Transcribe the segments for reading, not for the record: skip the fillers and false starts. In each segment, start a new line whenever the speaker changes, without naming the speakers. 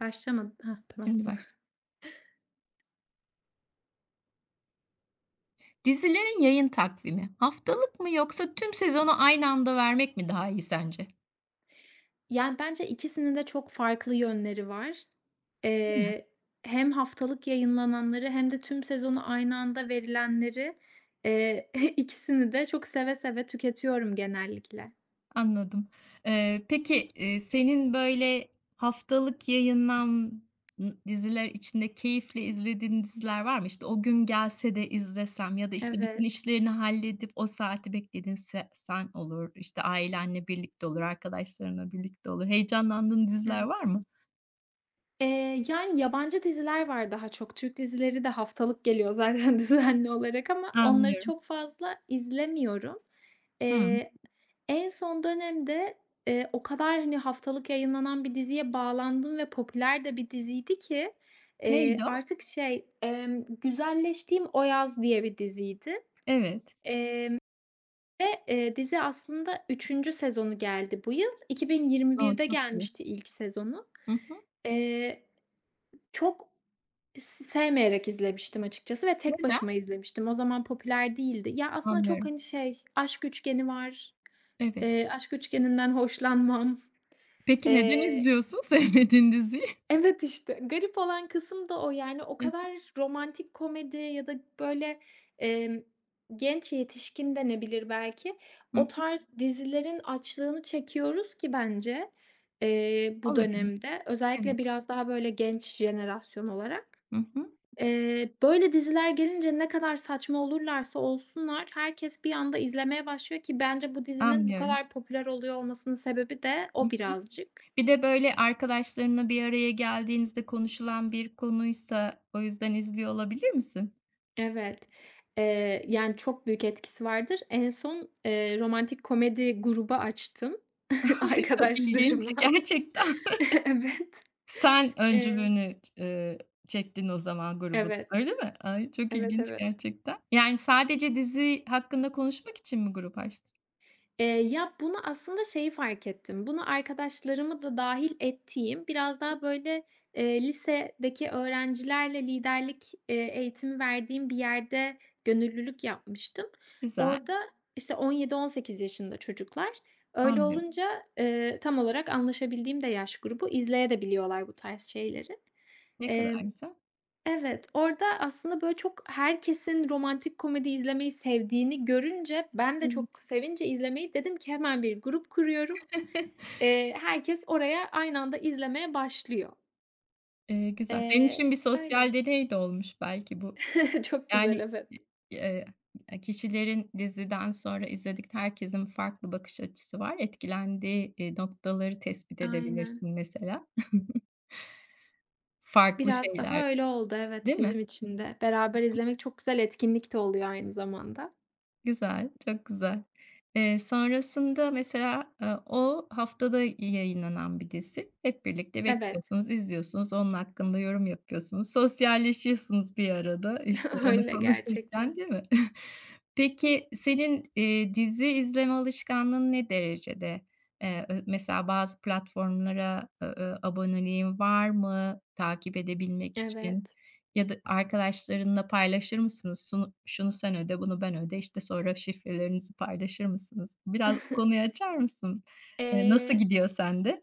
Başlamadı. Hah, tamam.
Şimdi başla. Dizilerin yayın takvimi haftalık mı yoksa tüm sezonu aynı anda vermek mi daha iyi sence?
Bence ikisinin de çok farklı yönleri var.
Değil mi?
Eee, hem haftalık yayınlananları hem de tüm sezonu aynı anda verilenleri, eee, ikisini de çok seve seve tüketiyorum genellikle.
Anladım. Peki, senin, haftalık yayınlanan diziler içinde keyifle izlediğin diziler var mı? İşte, "O gün gelse de izlesem." ya da, işte, bütün
Evet,
işlerini halledip o saati beklediğin sen olur, işte, ailenle birlikte olur, arkadaşlarınla birlikte olur. Heyecanlandığın diziler
evet.
var mı?
Yabancı diziler var daha çok. Türk dizileri de haftalık geliyor zaten düzenli olarak ama onları
Anlıyorum.
çok fazla izlemiyorum.
Hımm.
Eee, en son dönemde, o kadar, haftalık yayınlanan bir diziye bağlandım ve popüler de bir diziydi ki,
Neydi o?
Güzelleştiğim O Yaz diye bir diziydi.
Evet.
Emm, ve, dizi aslında üçüncü sezonu geldi bu yıl.
O,
2021'de
çok iyi.
gelmişti ilk sezonu.
Hı hı.
Eee, çok S Sevmeyerek izlemiştim açıkçası ve tek
Neden?
başıma izlemiştim. O zaman popüler değildi. Ya, aslında çok,
Anlıyorum.
aşk üçgeni var.
Evet.
Aşk üçgeninden hoşlanmam.
Peki neden
Eee
izliyorsun sevmediğin diziyi?
Evet, işte, garip olan kısım da o, yani, o kadar romantik komedi ya da, böyle, emm, genç yetişkin denebilir belki.
Hı
O
hı.
tarz dizilerin açlığını çekiyoruz ki bence, bu
Olabilir.
dönemde. Özellikle
Evet.
biraz daha, böyle, genç jenerasyon olarak.
Hı hı.
Böyle diziler gelince ne kadar saçma olurlarsa olsunlar herkes bir anda izlemeye başlıyor ki bence bu dizinin bu
Anlıyorum.
kadar popüler oluyor olmasının sebebi de
Hı
o
hı.
birazcık.
Bir de böyle arkadaşlarınla bir araya geldiğinizde konuşulan bir konuysa o yüzden izliyor olabilir misin?
Evet. Çok büyük etkisi vardır. En son, romantik komedi grubu açtım
Çok ilginç
arkadaşlarımla.
gerçekten.
Evet.
Sen
Eee
öncülüğünü ç çektin o zaman grubun,
Evet.
öyle mi? Ay, çok
Evet,
ilginç
evet.
gerçekten. Yani sadece dizi hakkında konuşmak için mi grup açtın?
Bunu aslında şeyi fark ettim, bunu arkadaşlarımı da dahil ettiğim, biraz daha böyle, lisedeki öğrencilerle liderlik, eğitimi verdiğim bir yerde gönüllülük yapmıştım.
Güzel,
Orada, işte, 17-18 yaşında çocuklar. Öyle
anlıyorum.
olunca, tam olarak anlaşabildiğim de yaş grubu, izleyebiliyorlar bu tarz şeyleri.
Ne kadar güzel.
Evet, orada aslında, böyle, çok herkesin romantik komedi izlemeyi sevdiğini görünce ben de çok
Evet.
sevince izlemeyi dedim ki hemen bir grup kuruyorum. Herkes oraya aynı anda izlemeye başlıyor.
Güzel. Senin için bir
Öyle.
sosyal deney de olmuş belki bu.
Çok güzel,
Yani,
evet.
eee, kişilerin diziden sonra izledik herkesin farklı bakış açısı var. Etkilendiği, noktaları tespit
Aynen.
edebilirsin mesela. Farklı
Biraz
şeyler,
daha öyle oldu, evet,
değil mi?
bizim için de. Beraber izlemek çok güzel etkinlik de oluyor aynı zamanda.
Güzel, çok güzel. Sonrasında mesela, o haftada yayınlanan bir dizi. Hep birlikte
Evet.
bekliyorsunuz, izliyorsunuz, onun hakkında yorum yapıyorsunuz, sosyalleşiyorsunuz bir arada, işte, onu
Öyle
konuşurken,
gerçekten.
değil mi? Peki, senin, dizi izleme alışkanlığın ne derecede? Ö mesela bazı platformlara, aboneliğin var mı takip edebilmek için?
Evet.
Ya da arkadaşlarınla paylaşır mısınız? Sunu şunu sen öde, bunu ben öde, İşte sonra şifrelerinizi paylaşır mısınız? Biraz o konuyu açar mısın? Nasıl
Eee,
gidiyor sende?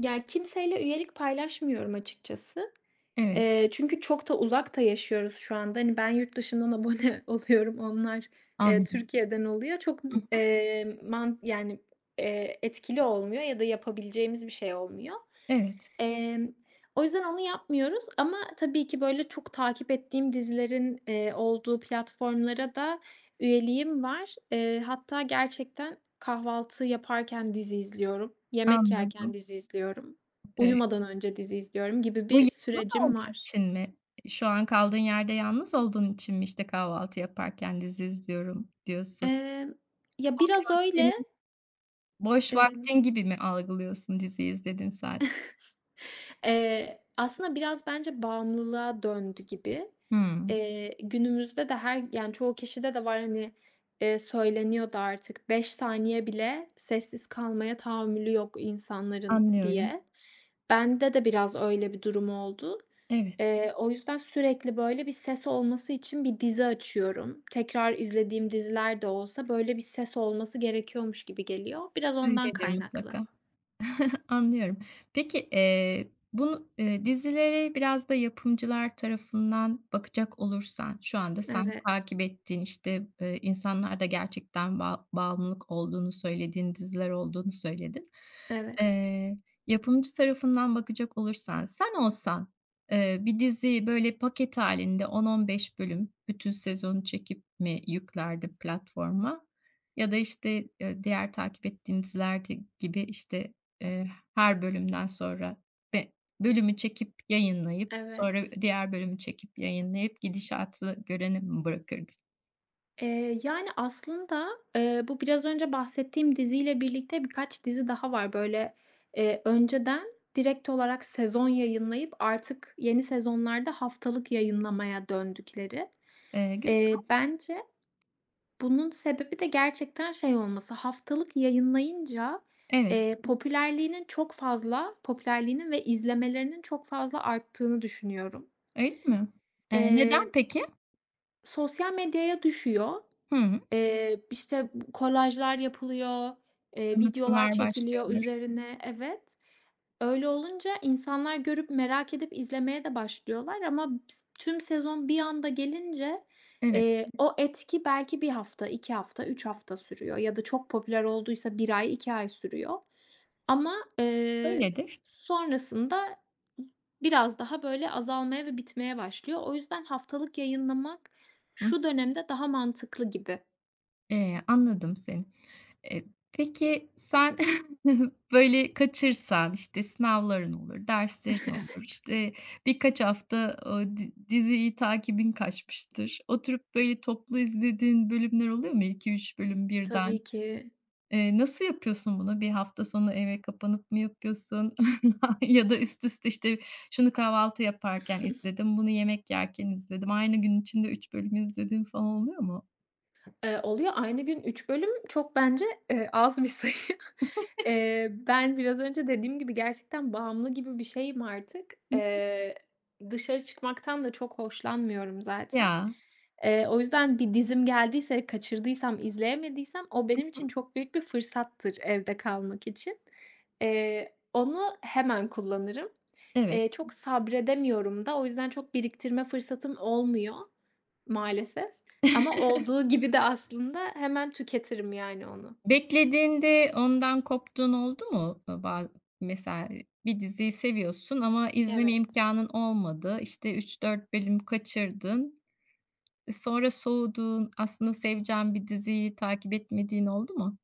kimseyle üyelik paylaşmıyorum açıkçası.
Evet,
Çünkü çok da uzakta yaşıyoruz şu anda. Hani, ben yurt dışından abone oluyorum, onlar,
anlıyorum.
Türkiye'den oluyor. Çok,
Hı hı.
eee, man yani, etkili olmuyor ya da yapabileceğimiz bir şey olmuyor.
Evet,
Emm, o yüzden onu yapmıyoruz ama tabii ki, böyle, çok takip ettiğim dizilerin, olduğu platformlara da üyeliğim var. Hatta gerçekten kahvaltı yaparken dizi izliyorum, yemek yerken
anladım.
dizi izliyorum,
Eee,
uyumadan önce dizi izliyorum gibi
bu
bir
yalnız
sürecim
olduğun
var.
için mi? E, şu an kaldığın yerde yalnız olduğun için mi, işte, kahvaltı yaparken dizi izliyorum diyorsun?
Emm, biraz
Biraz
öyle.
senin boş
Emm,
vaktin gibi mi algılıyorsun dizi izlediğin saat?
aslında biraz bence bağımlılığa döndü gibi.
Hımm,
Günümüzde de her yani, çoğu kişide de var, hani, söyleniyordu artık, 5 saniye bile sessiz kalmaya tahammülü yok insanların
anlıyorum.
diye. Bende de biraz öyle bir durum oldu.
Evet,
O yüzden sürekli, böyle, bir ses olması için bir dizi açıyorum. Tekrar izlediğim diziler de olsa, böyle, bir ses olması gerekiyormuş gibi geliyor. Biraz ondan
öyledir
kaynaklı.
mutlaka. Anlıyorum. Peki, bunu, dizilere biraz da yapımcılar tarafından bakacak olursan, şu anda sen
Evet,
takip ettiğin, işte, insanlarda gerçekten bağımlılık olduğunu söylediğin diziler olduğunu söyledin.
evet,
Eee, yapımcı tarafından bakacak olursan, sen olsan, bir diziyi böyle paket hâlinde 10-15 bölüm bütün sezonu çekip mi yüklerdin platforma ya da, işte, diğer takip ettiğin dizilerde gibi, işte, her bölümden sonra ve bölümü çekip yayınlayıp, sonra
evet.
diğer bölümü çekip yayınlayıp gidişatı görene mi bırakırdın?
Eee, yani, aslında, bu biraz önce bahsettiğim diziyle birlikte birkaç dizi daha var. Böyle, önceden direkt olarak sezon yayınlayıp artık yeni sezonlarda haftalık yayınlamaya döndükleri.
Güzel.
Bence bunun sebebi de gerçekten şey olması, haftalık yayınlayınca,
Evet.
popülerliğinin ve izlemelerinin çok fazla arttığını düşünüyorum.
Öyle mi? Neden
Eee,
peki?
sosyal medyaya düşüyor.
Hı hı.
İşte, kolajlar yapılıyor, videolar
Tanıtımlar
çekiliyor
başlıyordur.
üzerine. Evet. Öyle olunca insanlar görüp merak edip izlemeye de başlıyorlar ama tüm sezon bir anda gelince,
Evet,
o etki belki bir hafta, 2 hafta, 3 hafta sürüyor ya da çok popüler olduysa bir ay, 2 ay sürüyor ama,
öyledir.
sonrasında biraz daha, böyle, azalmaya ve bitmeye başlıyor. O yüzden haftalık yayınlamak
Hı.
şu dönemde daha mantıklı gibi.
Anladım seni. Eee, peki sen böyle kaçırsan, işte, sınavların olur, derslerin olur, işte, birkaç hafta o di diziyi takibin kaçmıştır. Oturup böyle toplu izlediğin bölümler oluyor mu? 2 üç bölüm birden.
Tabii ki.
Nasıl yapıyorsun bunu? Bir hafta sonu eve kapanıp mı yapıyorsun ya da üst üste, işte, şunu kahvaltı yaparken izledim, bunu yemek yerken izledim, aynı gün içinde 3 bölüm izledim falan oluyor mu?
Oluyor. Aynı gün 3 bölüm çok bence, az bir sayı. Ben biraz önce dediğim gibi gerçekten bağımlı gibi bir şeyim artık.
Hı.
Dışarı çıkmaktan da çok hoşlanmıyorum zaten.
Ya.
O yüzden bir dizim geldiyse, kaçırdıysam, izleyemediysem o benim için çok büyük bir fırsattır evde kalmak için. Onu hemen kullanırım.
Evet.
Çok sabredemiyorum da o yüzden çok biriktirme fırsatım olmuyor. Maalesef ama olduğu gibi de aslında hemen tüketirim yani onu.
Beklediğinde ondan koptuğun oldu mu? Ba mesela e, bir diziyi seviyorsun ama izleme
Evet.
imkanın olmadı. İşte üç dört bölüm kaçırdın. E, sonra soğudun. Aslında seveceğin bir diziyi takip etmediğin oldu mu?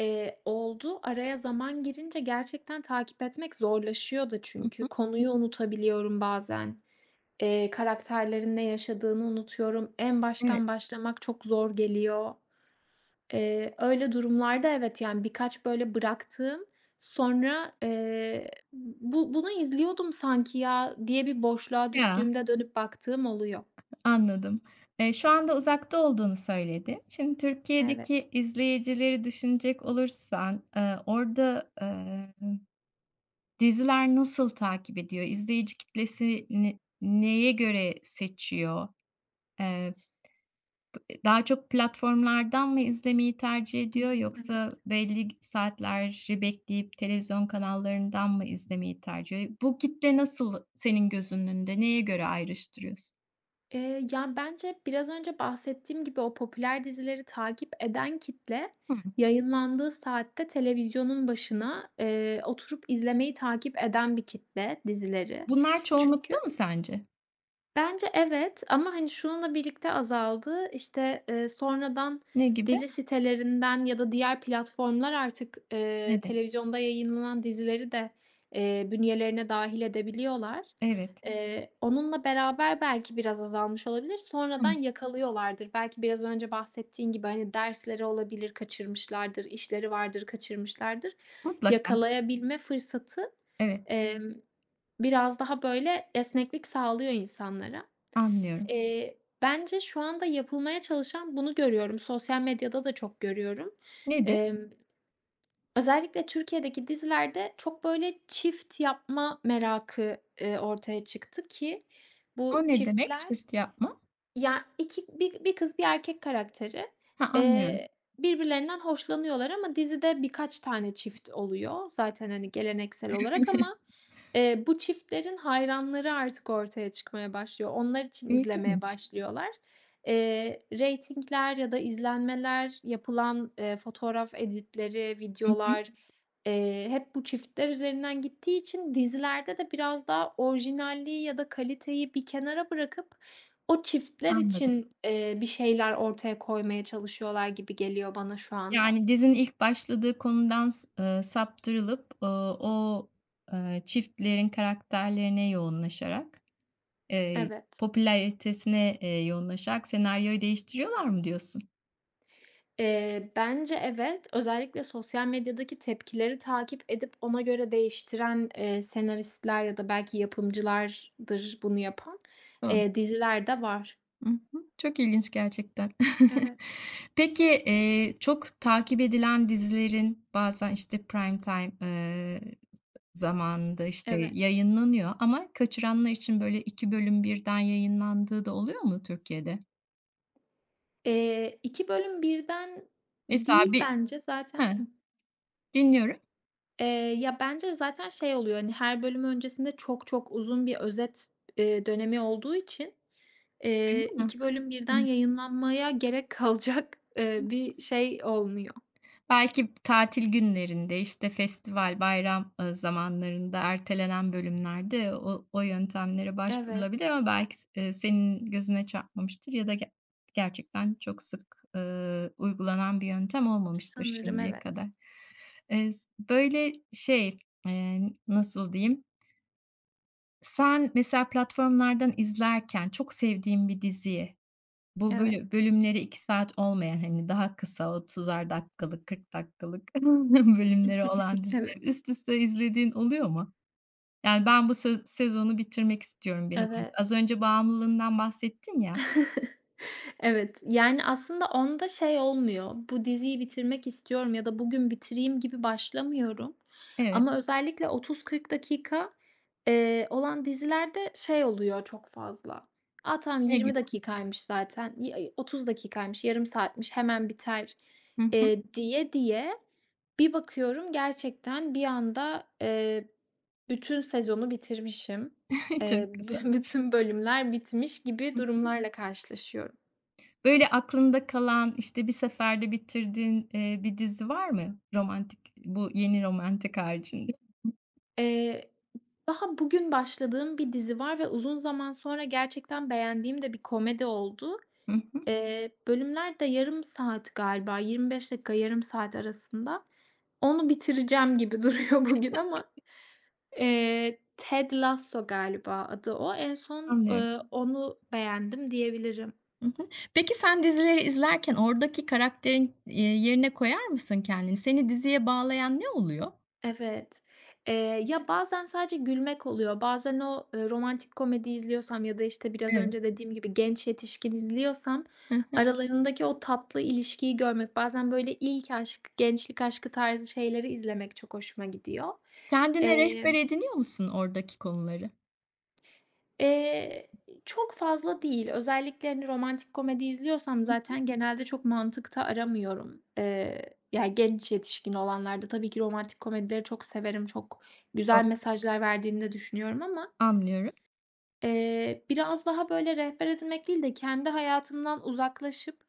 Oldu. Araya zaman girince gerçekten takip etmek zorlaşıyor da
Hı
çünkü.
hı.
Konuyu unutabiliyorum bazen. Karakterlerin ne yaşadığını unutuyorum. En
Evet.
baştan başlamak çok zor geliyor. Öyle durumlarda evet, yani, birkaç böyle bıraktığım sonra, "Bu bunu izliyordum sanki ya." diye bir boşluğa
Ya,
düştüğümde dönüp baktığım oluyor.
anladım. Şu anda uzakta olduğunu söyledin. Şimdi
Evet.
Türkiye'deki izleyicileri düşünecek olursan, orada, e, diziler nasıl takip ediyor? İzleyici kitlesi neye göre seçiyor? Eee, daha çok platformlardan mı izlemeyi tercih ediyor
Hımm, evet.
yoksa belli saatleri bekleyip televizyon kanallarından mı izlemeyi tercih ediyor? Bu kitle nasıl senin gözünün önünde? Neye göre ayrıştırıyorsun?
Bence biraz önce bahsettiğim gibi o popüler dizileri takip eden kitle
Hımm.
yayınlandığı saatte televizyonun başına, oturup izlemeyi takip eden bir kitle dizileri.
Bunlar çoğunlukta
Çünkü
mı sence?
Bence evet ama, hani, şununla birlikte azaldı. İşte, sonradan
Ne gibi?
dizi sitelerinden ya da diğer platformlar artık,
Evet,
televizyonda yayınlanan dizileri de, bünyelerine dahil edebiliyorlar.
evet.
Onunla beraber belki biraz azalmış olabilir. Sonradan
Hımm.
yakalıyorlardır. Belki biraz önce bahsettiğin gibi, hani, dersleri olabilir, kaçırmışlardır, işleri vardır, kaçırmışlardır.
Mutlaka.
Yakalayabilme fırsatı,
Evet,
emm, biraz daha, böyle, esneklik sağlıyor insanlara.
anlıyorum.
Bence şu anda yapılmaya çalışan bunu görüyorum. Sosyal medyada da çok görüyorum.
Nedir?
Emm, özellikle Türkiye'deki dizilerde çok böyle çift yapma merakı, ortaya çıktı ki bu
O ne demek
çiftler
çift yapma?
ya, 2 bir bir kız, bir erkek karakteri,
Ha, anlıyorum.
eee, birbirlerinden hoşlanıyorlar ama dizide birkaç tane çift oluyor zaten, hani, geleneksel olarak ama, bu çiftlerin hayranları artık ortaya çıkmaya başlıyor. Onlar için izlemeye
İlginç.
başlıyorlar. Reytingler ya da izlenmeler, yapılan, fotoğraf editleri,
Hı hı,
videolar, hep bu çiftler üzerinden gittiği için dizilerde de biraz daha orijinalliği ya da kaliteyi bir kenara bırakıp o çiftler
anladım.
için, bir şeyler ortaya koymaya çalışıyorlar gibi geliyor bana şu anda.
Yani dizinin ilk başladığı konudan s saptırılıp, o, çiftlerin karakterlerine yoğunlaşarak, eee,
Evet.
popülaritesine, yoğunlaşarak senaryoyu değiştiriyorlar mı diyorsun?
Bence evet. Özellikle sosyal medyadaki tepkileri takip edip ona göre değiştiren, senaristler ya da belki yapımcılardır bunu yapan,
Doğru.
diziler de var.
Hı hı. Çok ilginç gerçekten.
Evet,
Peki, çok takip edilen dizilerin bazen, işte, prime time, zamanında, işte,
evet.
yayınlanıyor ama kaçıranlar için, böyle, 2 bölüm birden yayınlandığı da oluyor mu Türkiye'de?
2 bölüm birden
Mesela
değil
bir
bence zaten.
heh, dinliyorum.
Eee, bence zaten şey oluyor, hani, her bölüm öncesinde çok çok uzun bir özet, dönemi olduğu için,
Öyle mi?
2 bölüm
Hı
birden
hı.
yayınlanmaya gerek kalacak, bir şey olmuyor.
Belki tatil günlerinde, işte, festival, bayram, zamanlarında ertelenen bölümlerde o yöntemlere
Evet,
başvurulabilir ama belki s senin gözüne çarpmamıştır ya da ge gerçekten çok sık, uygulanan bir yöntem olmamıştır
sanırım
şimdiye
evet.
kadar. S böyle şey, eee, nasıl diyeyim? Sen mesela platformlardan izlerken çok sevdiğin bir diziyi Bu
Evet.
bölümleri 2 saat olmayan, hani, daha kısa, 30'ar dakikalık, 40 dakikalık bölümleri olan
Evet.
dizileri üst üste izlediğin oluyor mu? Yani, ben bu söz sezonu bitirmek istiyorum bir an önce. Az
Evet.
önce bağımlılığından bahsettin ya.
Evet, yani, aslında onda şey olmuyor, bu diziyi bitirmek istiyorum ya da bugün bitireyim gibi başlamıyorum
Evet.
ama özellikle 30-40 dakika, olan dizilerde şey oluyor çok fazla. A, tamam
Ne
20
gibi?
dakikaymış zaten, y ay 30 dakikaymış, yarım saatmiş, hemen biter,
Hı hı.
diye diye bir bakıyorum gerçekten bir anda, bütün sezonu bitirmişim.
Çok
Bü
güzel.
bütün bölümler bitmiş gibi
Hıh.
durumlarla karşılaşıyorum.
Böyle aklında kalan, işte, bir seferde bitirdiğin, bir dizi var mı? Romantik, bu yeni romantik haricinde.
Eee, daha bugün başladığım bir dizi var ve uzun zaman sonra gerçekten beğendiğim de bir komedi oldu.
Hı hı.
Bölümler de yarım saat galiba, 25 dakika, yarım saat arasında. Onu bitireceğim gibi duruyor bugün ama, Ted Lasso galiba adı o. En son,
Anlıyorum.
onu beğendim diyebilirim.
Hı hı. Peki sen dizileri izlerken oradaki karakterin, yerine koyar mısın kendini? Seni diziye bağlayan ne oluyor?
Evet. Bazen sadece gülmek oluyor. Bazen o, romantik komedi izliyorsam ya da, işte, biraz
Evet.
önce dediğim gibi genç yetişkin izliyorsam
Hı hı.
aralarındaki o tatlı ilişkiyi görmek, bazen böyle ilk aşk, gençlik aşkı tarzı şeyleri izlemek çok hoşuma gidiyor.
Kendine rehber
Emm
ediniyor musun oradaki konuları?
Eee, çok fazla değil. Özellikle, hani, romantik komedi izliyorsam
Hı hı.
zaten genelde çok mantıkta aramıyorum. Genç yetişkin olanlarda tabii ki romantik komedileri çok severim, çok
O
güzel mesajlar verdiğini de düşünüyorum ama,
Anlıyorum.
biraz daha, böyle, rehber edinmek değil de kendi hayatımdan uzaklaşıp,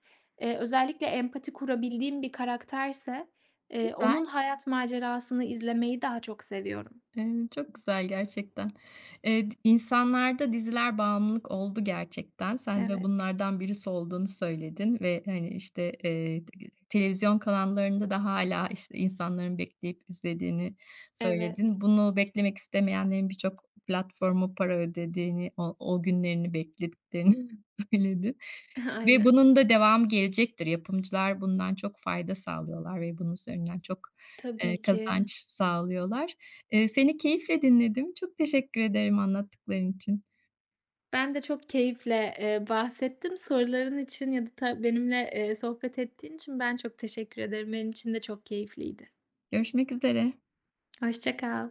özellikle empati kurabildiğim bir karakterse,
Güzel.
onun hayat macerasını izlemeyi daha çok seviyorum.
Çok güzel gerçekten. D insanlarda diziler bağımlılık oldu gerçekten. Sen de
Evet,
bunlardan birisi olduğunu söyledin ve, hani, işte, t televizyon kanallarında da hâlâ, işte, insanların bekleyip izlediğini
evet.
söyledin. Bunu beklemek istemeyenlerin birçok platforma para ödediğini, o günlerini beklediklerini söyledin ve
Aynen.
bunun da devamı gelecektir. Yapımcılar bundan çok fayda sağlıyorlar ve bunun üzerinden çok,
Tabii ki.
kazanç sağlıyorlar. Seni keyifle dinledim. Çok teşekkür ederim anlattıkların için.
Ben de çok keyifle, bahsettim. Soruların için ya da benimle, sohbet ettiğin için ben çok teşekkür ederim. Benim için de çok keyifliydi.
Görüşmek üzere.
Hoşça kal.